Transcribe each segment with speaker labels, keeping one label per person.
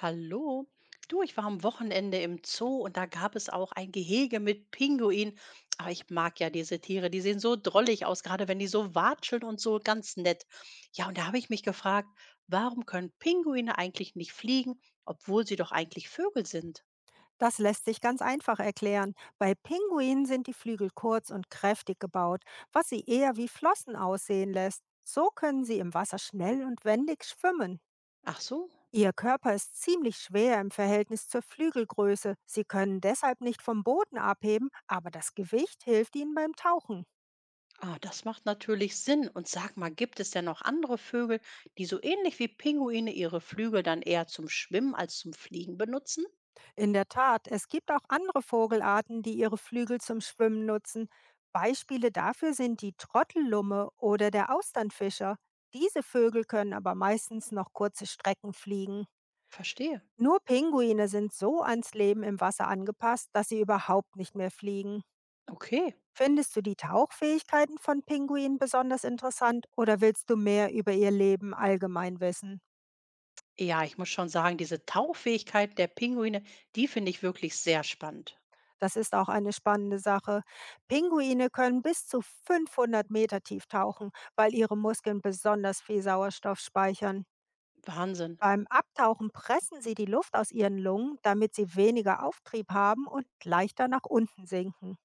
Speaker 1: Hallo. Du, ich war am Wochenende im Zoo und da gab es auch ein Gehege mit Pinguinen. Aber ich mag ja diese Tiere, die sehen so drollig aus, gerade wenn die so watscheln und so ganz nett. Ja, und da habe ich mich gefragt, warum können Pinguine eigentlich nicht fliegen, obwohl sie doch eigentlich Vögel sind?
Speaker 2: Das lässt sich ganz einfach erklären. Bei Pinguinen sind die Flügel kurz und kräftig gebaut, was sie eher wie Flossen aussehen lässt. So können sie im Wasser schnell und wendig schwimmen.
Speaker 1: Ach so,
Speaker 2: Ihr Körper ist ziemlich schwer im Verhältnis zur Flügelgröße. Sie können deshalb nicht vom Boden abheben, aber das Gewicht hilft ihnen beim Tauchen.
Speaker 1: ah, das macht natürlich Sinn. Und sag mal, gibt es denn noch andere Vögel, die so ähnlich wie Pinguine ihre Flügel dann eher zum Schwimmen als zum Fliegen benutzen?
Speaker 2: In der Tat, es gibt auch andere Vogelarten, die ihre Flügel zum Schwimmen nutzen. Beispiele dafür sind die Trottellumme oder der Austernfischer. Diese Vögel können aber meistens noch kurze Strecken fliegen.
Speaker 1: Verstehe.
Speaker 2: Nur Pinguine sind so ans Leben im Wasser angepasst, dass sie überhaupt nicht mehr fliegen.
Speaker 1: Okay.
Speaker 2: Findest du die Tauchfähigkeiten von Pinguinen besonders interessant oder willst du mehr über ihr Leben allgemein wissen?
Speaker 1: Ja, ich muss schon sagen, diese Tauffähigkeit der Pinguine, die finde ich wirklich sehr spannend.
Speaker 2: Das ist auch eine spannende Sache. Pinguine können bis zu 500 Meter tief tauchen, weil ihre Muskeln besonders viel Sauerstoff speichern.
Speaker 1: Wahnsinn.
Speaker 2: Beim Abtauchen pressen sie die Luft aus ihren Lungen, damit sie weniger Auftrieb haben und leichter nach unten sinken.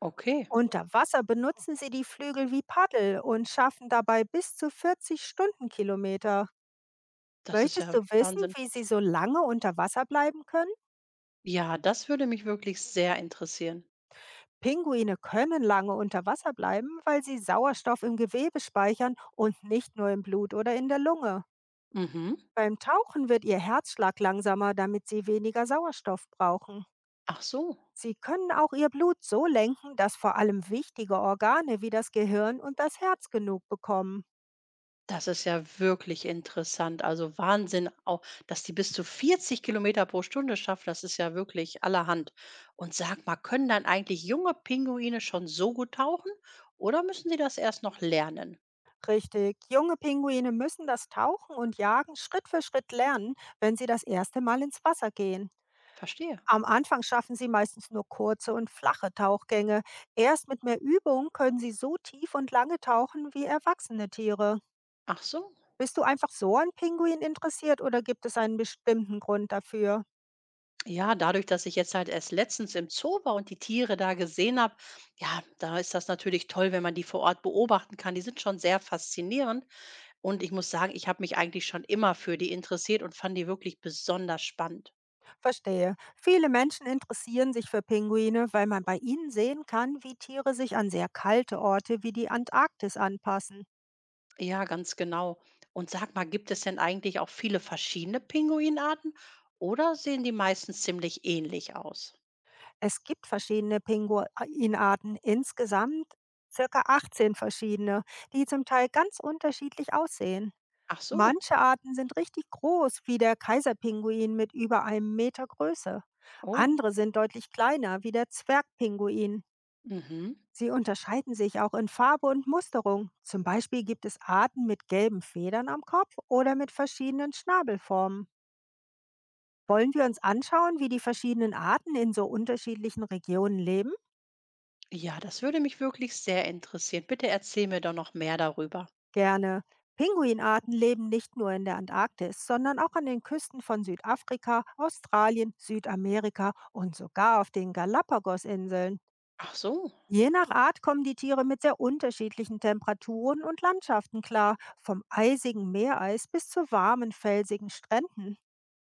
Speaker 1: Okay,
Speaker 2: Unter Wasser benutzen sie die Flügel wie Paddel und schaffen dabei bis zu 40 Stundenkilometer.
Speaker 1: das ist
Speaker 2: Möchtest
Speaker 1: ja
Speaker 2: du wissen,
Speaker 1: Wahnsinn.
Speaker 2: wie sie so lange unter Wasser bleiben können?
Speaker 1: Ja, das würde mich wirklich sehr interessieren.
Speaker 2: Pinguine können lange unter Wasser bleiben, weil sie Sauerstoff im Gewebe speichern und nicht nur im Blut oder in der Lunge.
Speaker 1: Mhm.
Speaker 2: Beim Tauchen wird ihr Herzschlag langsamer, damit sie weniger Sauerstoff brauchen.
Speaker 1: Ach so,
Speaker 2: Sie können auch ihr Blut so lenken, dass vor allem wichtige Organe wie das Gehirn und das Herz genug bekommen.
Speaker 1: das ist ja wirklich interessant. Also Wahnsinn, auch, dass die bis zu 40 Kilometer pro Stunde schaffen, das ist ja wirklich allerhand. Und sag mal, können dann eigentlich junge Pinguine schon so gut tauchen oder müssen sie das erst noch lernen?
Speaker 2: Richtig, junge Pinguine müssen das Tauchen und Jagen Schritt für Schritt lernen, wenn sie das erste Mal ins Wasser gehen.
Speaker 1: Verstehe.
Speaker 2: Am Anfang schaffen sie meistens nur kurze und flache Tauchgänge. Erst mit mehr Übung können sie so tief und lange tauchen wie erwachsene Tiere.
Speaker 1: Ach so.
Speaker 2: Bist du einfach so an Pinguinen interessiert oder gibt es einen bestimmten Grund dafür?
Speaker 1: Ja, dadurch, dass ich jetzt halt erst letztens im Zoo war und die Tiere da gesehen habe, ja, da ist das natürlich toll, wenn man die vor Ort beobachten kann. Die sind schon sehr faszinierend und ich muss sagen, ich habe mich eigentlich schon immer für die interessiert und fand die wirklich besonders spannend.
Speaker 2: Verstehe. Viele Menschen interessieren sich für Pinguine, weil man bei ihnen sehen kann, wie Tiere sich an sehr kalte Orte wie die Antarktis anpassen.
Speaker 1: Ja, ganz genau. Und sag mal, gibt es denn eigentlich auch viele verschiedene Pinguinarten oder sehen die meistens ziemlich ähnlich aus?
Speaker 2: Es gibt verschiedene Pinguinarten, insgesamt circa 18 verschiedene, die zum Teil ganz unterschiedlich aussehen.
Speaker 1: Ach so.
Speaker 2: Manche Arten sind richtig groß, wie der Kaiserpinguin mit über einem Meter Größe.
Speaker 1: Oh.
Speaker 2: Andere sind deutlich kleiner, wie der Zwergpinguin.
Speaker 1: Mhm.
Speaker 2: Sie unterscheiden sich auch in Farbe und Musterung. Zum Beispiel gibt es Arten mit gelben Federn am Kopf oder mit verschiedenen Schnabelformen. Wollen wir uns anschauen, wie die verschiedenen Arten in so unterschiedlichen Regionen leben?
Speaker 1: Ja, das würde mich wirklich sehr interessieren. Bitte erzähl mir doch noch mehr darüber.
Speaker 2: Gerne. Pinguinarten leben nicht nur in der Antarktis, sondern auch an den Küsten von Südafrika, Australien, Südamerika und sogar auf den Galapagosinseln.
Speaker 1: Ach so.
Speaker 2: Je nach Art kommen die Tiere mit sehr unterschiedlichen Temperaturen und Landschaften klar, vom eisigen Meereis bis zu warmen, felsigen Stränden.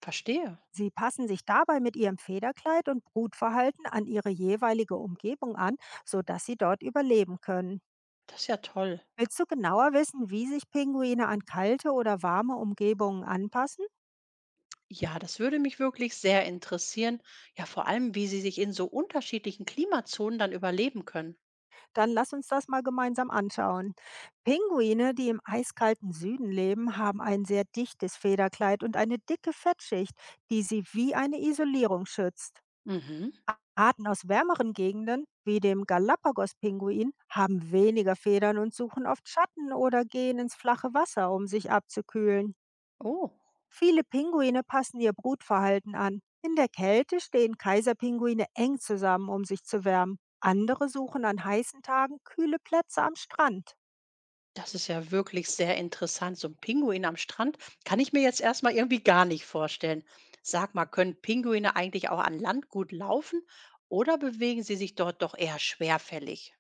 Speaker 1: Verstehe.
Speaker 2: Sie passen sich dabei mit ihrem Federkleid und Brutverhalten an ihre jeweilige Umgebung an, sodass sie dort überleben können.
Speaker 1: Das ist ja toll.
Speaker 2: Willst du genauer wissen, wie sich Pinguine an kalte oder warme Umgebungen anpassen?
Speaker 1: Ja, das würde mich wirklich sehr interessieren. Ja, vor allem, wie sie sich in so unterschiedlichen Klimazonen dann überleben können.
Speaker 2: Dann lass uns das mal gemeinsam anschauen. Pinguine, die im eiskalten Süden leben, haben ein sehr dichtes Federkleid und eine dicke Fettschicht, die sie wie eine Isolierung schützt.
Speaker 1: Mhm.
Speaker 2: Arten aus wärmeren Gegenden, wie dem Galapagos-Pinguin, haben weniger Federn und suchen oft Schatten oder gehen ins flache Wasser, um sich abzukühlen.
Speaker 1: Oh,
Speaker 2: Viele Pinguine passen ihr Brutverhalten an. In der Kälte stehen Kaiserpinguine eng zusammen, um sich zu wärmen. Andere suchen an heißen Tagen kühle Plätze am Strand.
Speaker 1: das ist ja wirklich sehr interessant. So ein Pinguin am Strand kann ich mir jetzt erstmal irgendwie gar nicht vorstellen. Sag mal, können Pinguine eigentlich auch an Land gut laufen oder bewegen sie sich dort doch eher schwerfällig?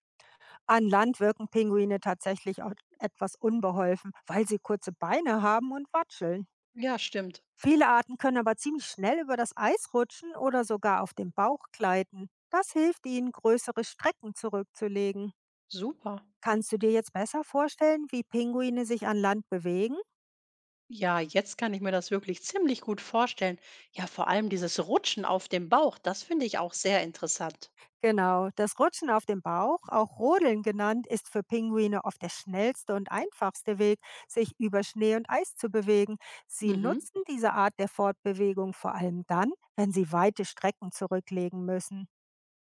Speaker 2: An Land wirken Pinguine tatsächlich auch etwas unbeholfen, weil sie kurze Beine haben und watscheln.
Speaker 1: Ja, stimmt.
Speaker 2: Viele Arten können aber ziemlich schnell über das Eis rutschen oder sogar auf dem Bauch gleiten. Das hilft ihnen, größere Strecken zurückzulegen.
Speaker 1: Super.
Speaker 2: Kannst du dir jetzt besser vorstellen, wie Pinguine sich an Land bewegen?
Speaker 1: Ja, jetzt kann ich mir das wirklich ziemlich gut vorstellen. Ja, vor allem dieses Rutschen auf dem Bauch, das finde ich auch sehr interessant.
Speaker 2: Genau, das Rutschen auf dem Bauch, auch Rodeln genannt, ist für Pinguine oft der schnellste und einfachste Weg, sich über Schnee und Eis zu bewegen. Sie
Speaker 1: Mhm.
Speaker 2: nutzen diese Art der Fortbewegung vor allem dann, wenn sie weite Strecken zurücklegen müssen.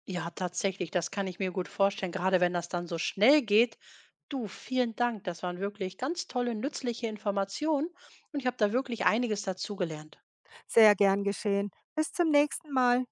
Speaker 1: Ja, tatsächlich, das kann ich mir gut vorstellen, gerade wenn das dann so schnell geht. Du, vielen Dank, das waren wirklich ganz tolle, nützliche Informationen und ich habe da wirklich einiges dazugelernt.
Speaker 2: Sehr gern geschehen. Bis zum nächsten Mal.